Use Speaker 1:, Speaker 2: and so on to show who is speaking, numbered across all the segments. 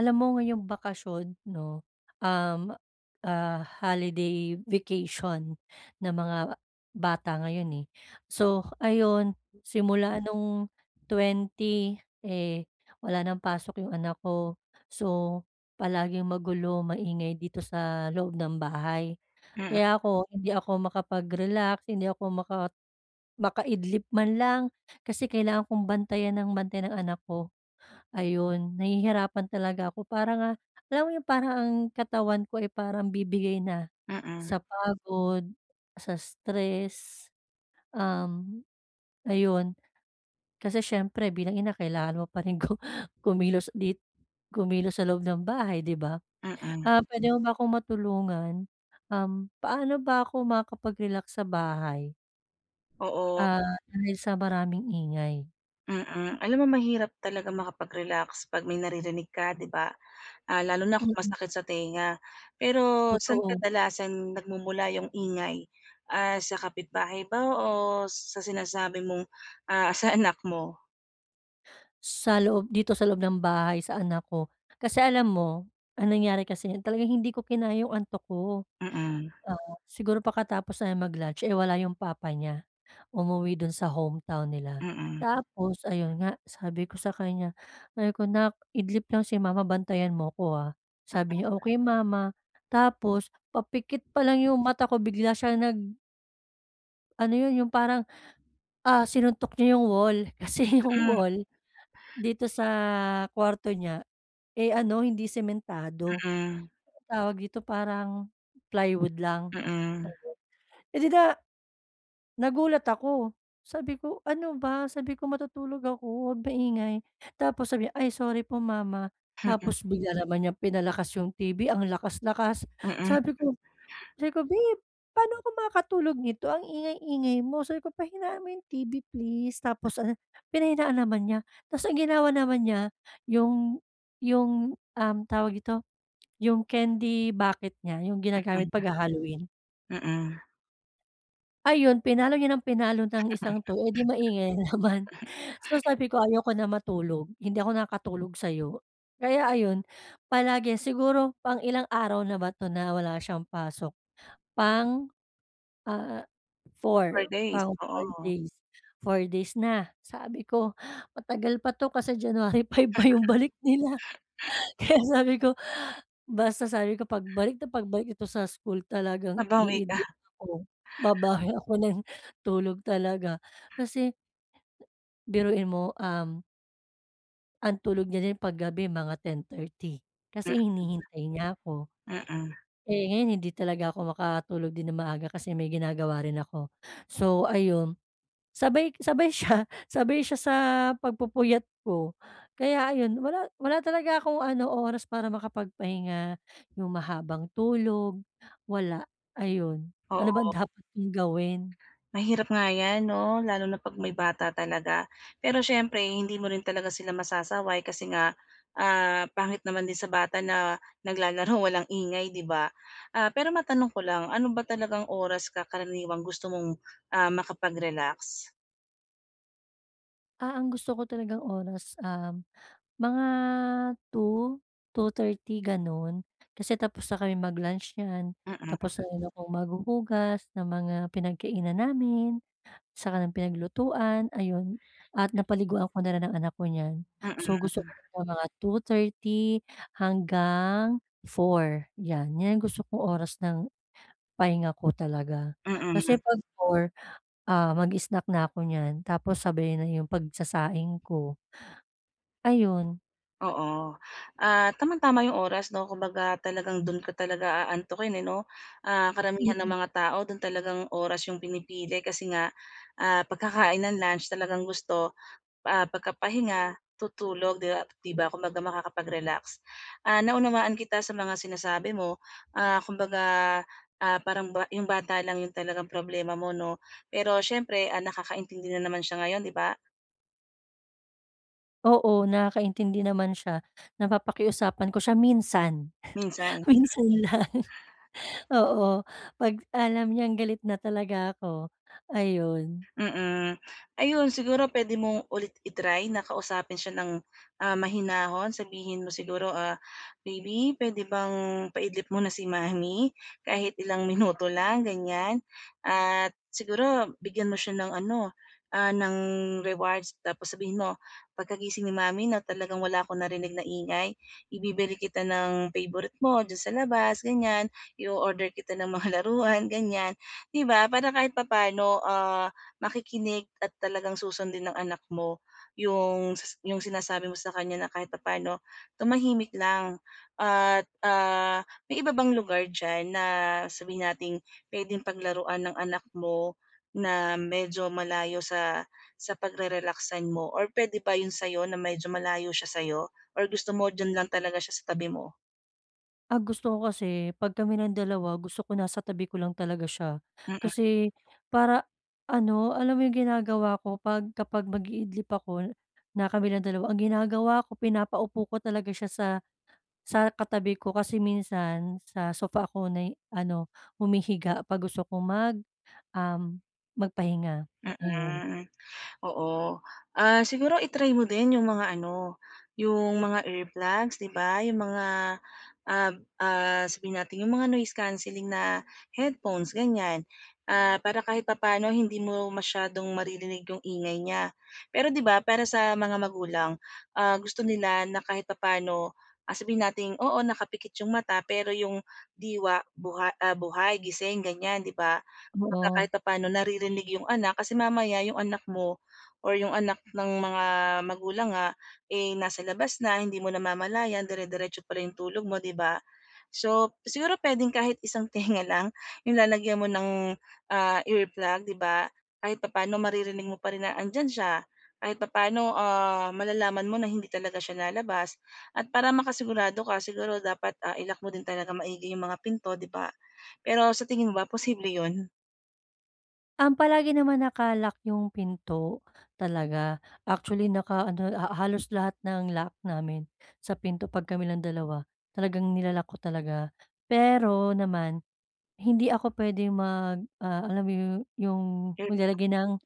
Speaker 1: Alam mo ngayong bakasyon 'no, um, holiday vacation ng mga bata ngayon, eh. So ayun, simula nung 20 eh, wala ng pasok yung anak ko. So palaging magulo, maingay dito sa loob ng bahay.
Speaker 2: Mm,
Speaker 1: Kaya hindi ako makapag-relax, hindi ako maka makaidlip man lang kasi kailangan kong bantayan ng anak ko. Ayun, nahihirapan talaga ako para nga alam mo yung parang ang katawan ko ay parang bibigay na
Speaker 2: mm,
Speaker 1: sa pagod, sa stress, um, ayun. Kasi siyempre bilang ina kailangan mo pa rin kumilos dit kumilos sa loob ng bahay, 'di ba?
Speaker 2: mm.
Speaker 1: Ah, puwede mo ba akong matulungan? Paano ba ako makakapag-relax sa bahay,
Speaker 2: Oo,
Speaker 1: ah, dahil sa maraming ingay?
Speaker 2: mm. Alam mo, mahirap talaga makapag-relax 'pag may naririnig ka, 'di ba? Lalo na kung
Speaker 1: Mm,
Speaker 2: masakit sa tenga. Pero saan
Speaker 1: totoo.
Speaker 2: kadalasan nagmumula yung ingay? Sa kapitbahay ba o sa sinasabi mong, sa anak mo?
Speaker 1: Sa loob dito sa loob ng bahay, sa anak ko. Kasi alam mo, ang nangyari kasi niyan talagang hindi ko kinaya yung antok ko.
Speaker 2: Mm,
Speaker 1: Oo. Siguro pakatapos namin mag-lunch, eh, wala yung papa niya, umuwi dun sa hometown nila.
Speaker 2: mm.
Speaker 1: Tapos ayun nga, sabi ko, "Nak, idlip lang si mama, bantayan mo ko, ah." Sabi niya, "Okey mama." Tapos papikit pa lang yung mata ko bigla siya nag ano yun, yung parang, ah, sinuntok niya yung wall. Kasi yung
Speaker 2: Mm,
Speaker 1: wall dito sa kwarto niya, eh, ano, hindi sementado,
Speaker 2: mm,
Speaker 1: tawag dito parang plywood lang.
Speaker 2: mm.
Speaker 1: Eh, di na, nagulat ako, sabi ko, "Ano ba?" Sabi ko, "Matutulog ako, 'wag maingay." Tapos sabi niya, "Ay sorry po mama." Tapos bigla naman niyang pinalakas yung TV, ang lakas-lakas.
Speaker 2: Mm,
Speaker 1: Sabi ko sabi ko, "Babe, paano ako makakatulog nito ang ingay-ingay mo?" Sabi ko, "Pahinaan mo yung TV please." Tapos ano, pinahinaan naman niya. Tapos ang ginawa naman niya yung tawag dito yung candy bucket niya, yung ginagamit
Speaker 2: mm,
Speaker 1: mm, halloween.
Speaker 2: mm.
Speaker 1: Ayun, pinalo ng isang toy, eh, di maingay na naman. So, sabi ko, "Ayoko na matulog, hindi ako nakakatulog sa'yo." Kaya ayun, palagi siguro pang ilang araw na ba 'to na wala siyang pasok, pang, ah,
Speaker 2: For
Speaker 1: four
Speaker 2: days,
Speaker 1: pang four
Speaker 2: oo.
Speaker 1: days, 4 days na. Sabi ko, "Matagal pa 'to kasi January 5 pa yung balik nila." Kaya sabi ko Basta sabi ko pagbalik na pagbalik ito sa school talagang
Speaker 2: Nabawi ka.
Speaker 1: ako, babawi ako ng tulog talaga. Kasi biruin mo, ang tulog niya din paggabi mga 10:30 kasi
Speaker 2: Mm,
Speaker 1: hinihintay niya ako.
Speaker 2: mm. Mm.
Speaker 1: Eh, ngayon hindi talaga ako makatulog din ng maaga kasi may ginagawa rin ako. So ayun, Sabay sabay siya sabay siya sa pagpupuyat ko. Kaya ayun, wala wala talaga akong ano, oras para makapagpahinga, yung mahabang tulog, wala, ayun. Ano bang
Speaker 2: Oo.
Speaker 1: dapat kong gawin?
Speaker 2: Mahirap nga 'yan 'no, lalo na 'pag may bata talaga. Pero syempre hindi mo rin talaga sila masasaway kasi nga, pangit naman din sa bata na naglalaro walang ingay, 'di ba? Pero matanong ko lang, ano ba talagang oras ka karaniwang gusto mong, makapag-relax?
Speaker 1: Ah, ang gusto ko talagang oras, mga two two thirty gano'n. Kasi tapos na kami mag-lunch niyan,
Speaker 2: Mm,
Speaker 1: tapos na rin akong maghuhugas ng mga pinagkainan namin. Saka ng pinaglutuan, ayun. At napaliguan ko na rin ang anak ko niyan.
Speaker 2: mm,
Speaker 1: So, gusto ko ng mga 2:30 hanggang 4 'yan. 'Yan ang gusto kong oras ng pahinga ko talaga.
Speaker 2: mm.
Speaker 1: Kasi 'pag 4, ah, mag-snack na ako niyan tapos sabay na yung pagsasaing ko, ayun.
Speaker 2: Oo. Tamang-tama yung oras 'no, kumbaga talagang dun ka talaga aantukin, eh, 'no? Karamihan ng
Speaker 1: Mm,
Speaker 2: mga tao dun talagang oras yung pinipili kasi nga, pagkakain ng lunch talagang gusto, pagkapahinga, tutulog, 'di ba? Kumbaga makakapag-relax. Naunawaan kita sa mga sinasabi mo, kumbaga, parang ba yung bata lang yung talagang problema mo 'no? Pero siyempre, nakakaintindi na naman siya ngayon, 'di ba?
Speaker 1: oo, nakakaintindi naman siya. Napapakiusapan ko siya minsan,
Speaker 2: Minsan.
Speaker 1: minsan lang, oo. 'Pag alam niyang galit na talaga ako, ayun.
Speaker 2: Mm. Ayun, siguro puwede mong ulit i-try na kausapin siya ng, mahinahon. Sabihin mo siguro, "Baby, puwede bang paidlip mo na si mami kahit ilang minuto lang?" Ganyan. At siguro bigyan mo siya ng ano, ng rewards, tapos sabihin mo, "Pagkagising ni mami na talagang wala akong narinig na ingay, ibibili kita ng favorite mo diyan sa labas." Ganyan. I order kita ng mga laruan, ganyan. 'Di ba, para kahit papaano, makikinig at talagang susundin ng anak mo yung sas yung sinasabi mo sa kanya na kahit papaano tumahimik lang at, may iba bang lugar diyan na sabihin nating puwedeng paglaruan ng anak mo na medyo malayo sa pagre relax mo or puwede ba yun sa'yo na medyo malayo siya sa'yo or gusto mo diyan lang talaga siya sa tabi mo?
Speaker 1: Ah, gusto ko kasi 'pag kami ng dalawa gusto ko nasa tabi ko lang talaga siya.
Speaker 2: Mm,
Speaker 1: Kasi para ano, alam mo yung ginagawa ko kapag mag-iidlip ako na kami lang dalawa, ang ginagawa ko pinapaupo ko talaga siya sa katabi ko kasi minsan sa sofa ako na ano, humihiga 'pag gusto ko um, magpahinga, ayun.
Speaker 2: mm. Oo. Siguro i-try mo din yung mga ano, yung mga earplugs, 'di ba? Yung mga, ah, sabihin natin yung mga noise cancelling na headphones, ganyan. Para kahit papaano hindi mo masyadong maririnig yung ingay niya. Pero 'di ba, para sa mga magulang, gusto nila na kahit papaano, sabihin natin, oo, nakapikit yung mata, pero yung diwa buhay, gising, ganyan, 'di ba? Kumbaga
Speaker 1: Oo.
Speaker 2: kahit paano naririnig yung anak kasi mamaya yung anak mo or yung anak ng mga magulang nga, eh, nasa labas na, hindi mo namamalayan, dire-diretso pala yung tulog mo, 'di ba? So, siguro puwedeng kahit isang tenga lang yung lalagyan mo ng, earplug, 'di ba? Kahit papaano maririnig mo pa rin na andiyan siya, kahit papaano, malalaman mo na hindi talaga siya lalabas at para makasigurado ka siguro dapat, i mo din talaga maigi yung mga pinto, 'di ba? Pero sa tingin mo ba posible 'yun?
Speaker 1: Palagi naman naka-lock yung pinto talaga. Actually, naka-ano, halos lahat ng lock namin sa pinto 'pag kami lang dalawa, talagang nila ko talaga. Pero naman, hindi ako pwede mag, ah, alam mo yung
Speaker 2: Ear
Speaker 1: maglalagay ng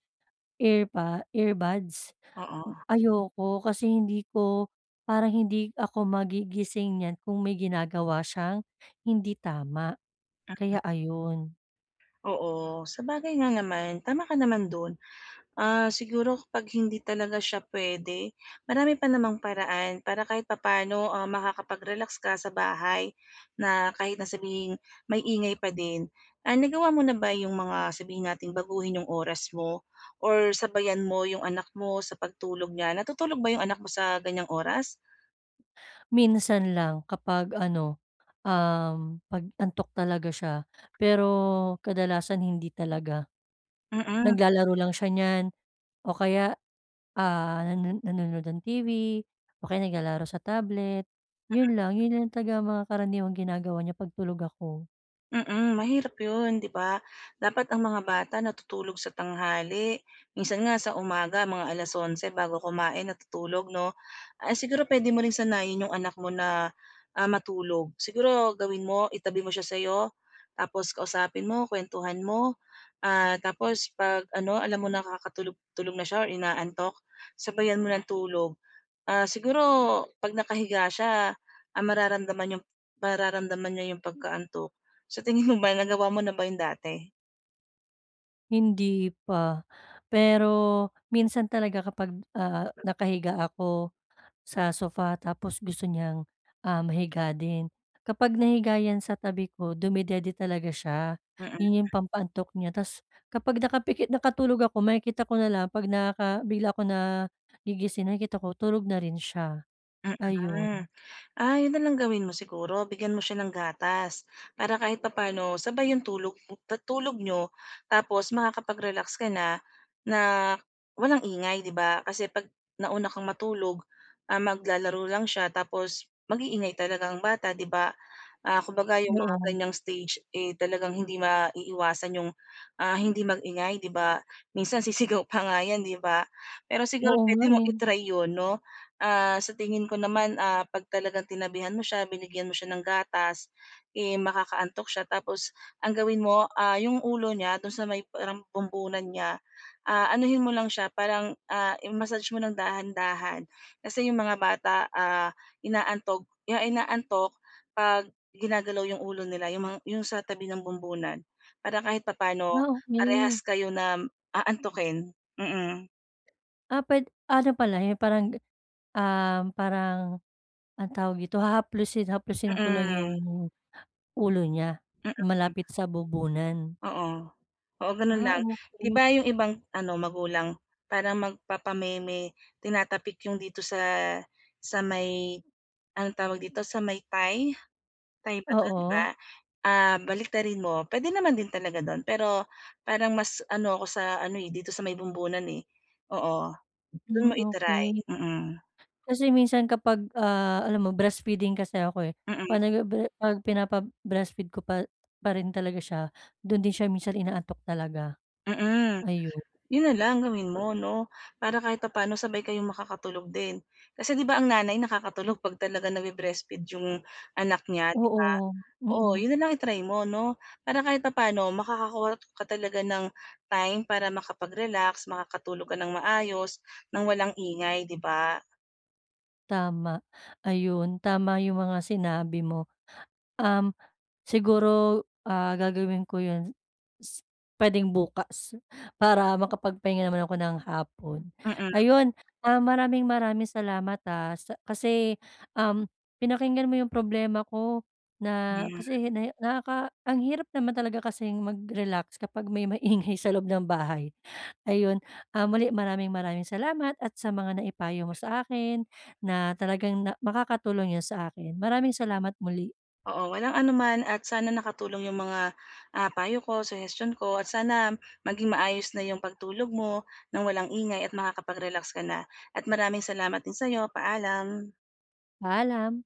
Speaker 1: earbuds.
Speaker 2: Oo,
Speaker 1: Ayoko kasi hindi ko parang hindi ako magigising niyan kung may ginagawa siyang hindi tama, kaya ayun.
Speaker 2: oo. Sabagay nga naman, tama ka naman dun. Siguro kapag hindi talaga siya puwede, marami pa namang paraan para kahit papaano, makakapag-relax ka sa bahay na kahit na sabihing may ingay pa din. Nagawa mo na ba yung mga sabihin nating baguhin yung oras mo or sabayan mo yung anak mo sa pagtulog niya? Natutulog ba yung anak mo sa ganyang oras?
Speaker 1: Minsan lang kapag ano, 'pag antok talaga siya, pero kadalasan hindi talaga.
Speaker 2: Mm.
Speaker 1: Naglalaro lang siya niyan o kaya, ah, nanonood ng TV o kaya naglalaro sa tablet, 'yun lang. 'Yun lang talaga ang mga karaniwang ginagawa niya 'pag tulog ako.
Speaker 2: Mm, mahirap 'yun, 'di ba? Dapat ang mga bata natutulog sa tanghali, minsan nga sa umaga mga alas onse bago kumain natutulog 'no? Siguro puwede mo ring sanayin yung anak mo na, matulog. Siguro gawin mo, itabi mo siya sa'yo, tapos kausapin mo, kuwentuhan mo, tapos 'pag ano, alam mo nakakatulog tulog na siya or inaantok, sabayan mo ng tulog. Siguro 'pag nakahiga siya, ang mararamdaman yung mararamdaman niya yung pagkaantok. Sa tingin mo ba nagawa mo na ba yun dati?
Speaker 1: Hindi pa, pero minsan talaga kapag, ah, nakahiga ako sa sofa tapos gusto niyang, ah, mahiga din. Kapag nahiga 'yan sa tabi ko dumedede talaga siya,
Speaker 2: Mm,
Speaker 1: 'yun yung pampaantok niya ta's kapag nakapikit nakatulog ako makikita ko na lang 'pag bigla ako nagigising nakikita ko tulog na rin siya, ayun.
Speaker 2: mm. Yun na lang gawin mo siguro, bigyan mo siya ng gatas para kahit papaano sabay yung tulog tulog niyo, tapos makakapag-relax ka na, na walang ingay, 'di ba? Kasi 'pag nauna kang matulog, maglalaro lang siya tapos mag-iingay talaga ang bata, 'di ba? Kumbaga yung mga
Speaker 1: Oo,
Speaker 2: ganyang stage, eh, talagang hindi maiiwasan yung, hindi mag-ingay, 'di ba? Minsan sisigaw pa nga yan, 'di ba? Pero siguro
Speaker 1: oo nga,
Speaker 2: pwede mong
Speaker 1: eh.
Speaker 2: yun 'no? Sa tingin ko naman, 'pag talagang tinabihan mo siya, binigyan mo siya ng gatas, eh, makakaantok siya tapos ang gawin mo, yung ulo niya dun sa may parang bumbunan niya, anuhin mo lang siya parang, i-massage mo ng dahan-dahan. Kasi yung mga bata, inaantok 'pag ginagalaw yung ulo nila, yung mga yung sa tabi ng bumbunan, para kahit papano
Speaker 1: Ah, okey.
Speaker 2: parehas kayo na aantukin. Mm,
Speaker 1: Ah, ano pala, eh, parang anong tawag dito, haplusin ko lang
Speaker 2: mm,
Speaker 1: yung ulo niya,
Speaker 2: mm,
Speaker 1: malapit sa bubunan.
Speaker 2: oo. Oo, gano'n
Speaker 1: Ah,
Speaker 2: lang. 'Di
Speaker 1: okay.
Speaker 2: ba yung ibang ano magulang parang magpapameme, tinatapik yung dito sa may anong tawag dito, sa may thigh, thigh ba 'to, 'di ba?
Speaker 1: Oo,
Speaker 2: Baliktarin mo, puwede naman din talaga do'n pero parang mas ano ako sa ano, eh, dito sa may bumbunan, eh. Oo, do'n mo
Speaker 1: hmm,
Speaker 2: i-try,
Speaker 1: okey.
Speaker 2: mm.
Speaker 1: Kasi minsan kapag, ah, alam mo breastfeeding kasi ako, eh,
Speaker 2: Mm,
Speaker 1: 'pag pinapa-breastfeed ko pa rin talaga siya, do'n din siya minsan inaantok talaga,
Speaker 2: mm.
Speaker 1: ayun.
Speaker 2: Yun na lang gawin mo 'no, para kahit papaano sabay kayong makakatulog din. Kasi 'di ba ang nanay nakakatulog 'pag talagang nagbe-breastfeed yung anak niya?
Speaker 1: Oo,
Speaker 2: Oo,
Speaker 1: mm,
Speaker 2: yun na lang i-try mo 'no, para kahit papaano makakakuha ka talaga ng time para makapag-relax, makakatulog ka ng maayos, ng walang ingay, 'di ba?
Speaker 1: tama. Ayun, tama yung mga sinabi mo, um Siguro, ah, gagawin ko 'yun s puwedeng bukas para makapagpahinga naman ako ng hapon.
Speaker 2: Mm,
Speaker 1: Ayun, ah, maraming maraming salamat, ah, sa kasi, um, pinakinggan mo 'yung problema ko na
Speaker 2: hmm.
Speaker 1: kasi na nakaka ang hirap naman talaga kasi mag-relax kapag may maingay sa loob ng bahay. Ayun, ah, muli maraming maraming salamat at sa mga naipayo mo sa akin na talagang makakatulong 'yun sa akin. Maraming salamat muli.
Speaker 2: Oo, walang anuman at sana nakatulong yung mga, payo ko, suggestion ko, at sana maging maayos na yung pagtulog mo nang walang ingay at makakapag-relax ka na. At maraming salamat din sa'yo, paalam.
Speaker 1: Paalam.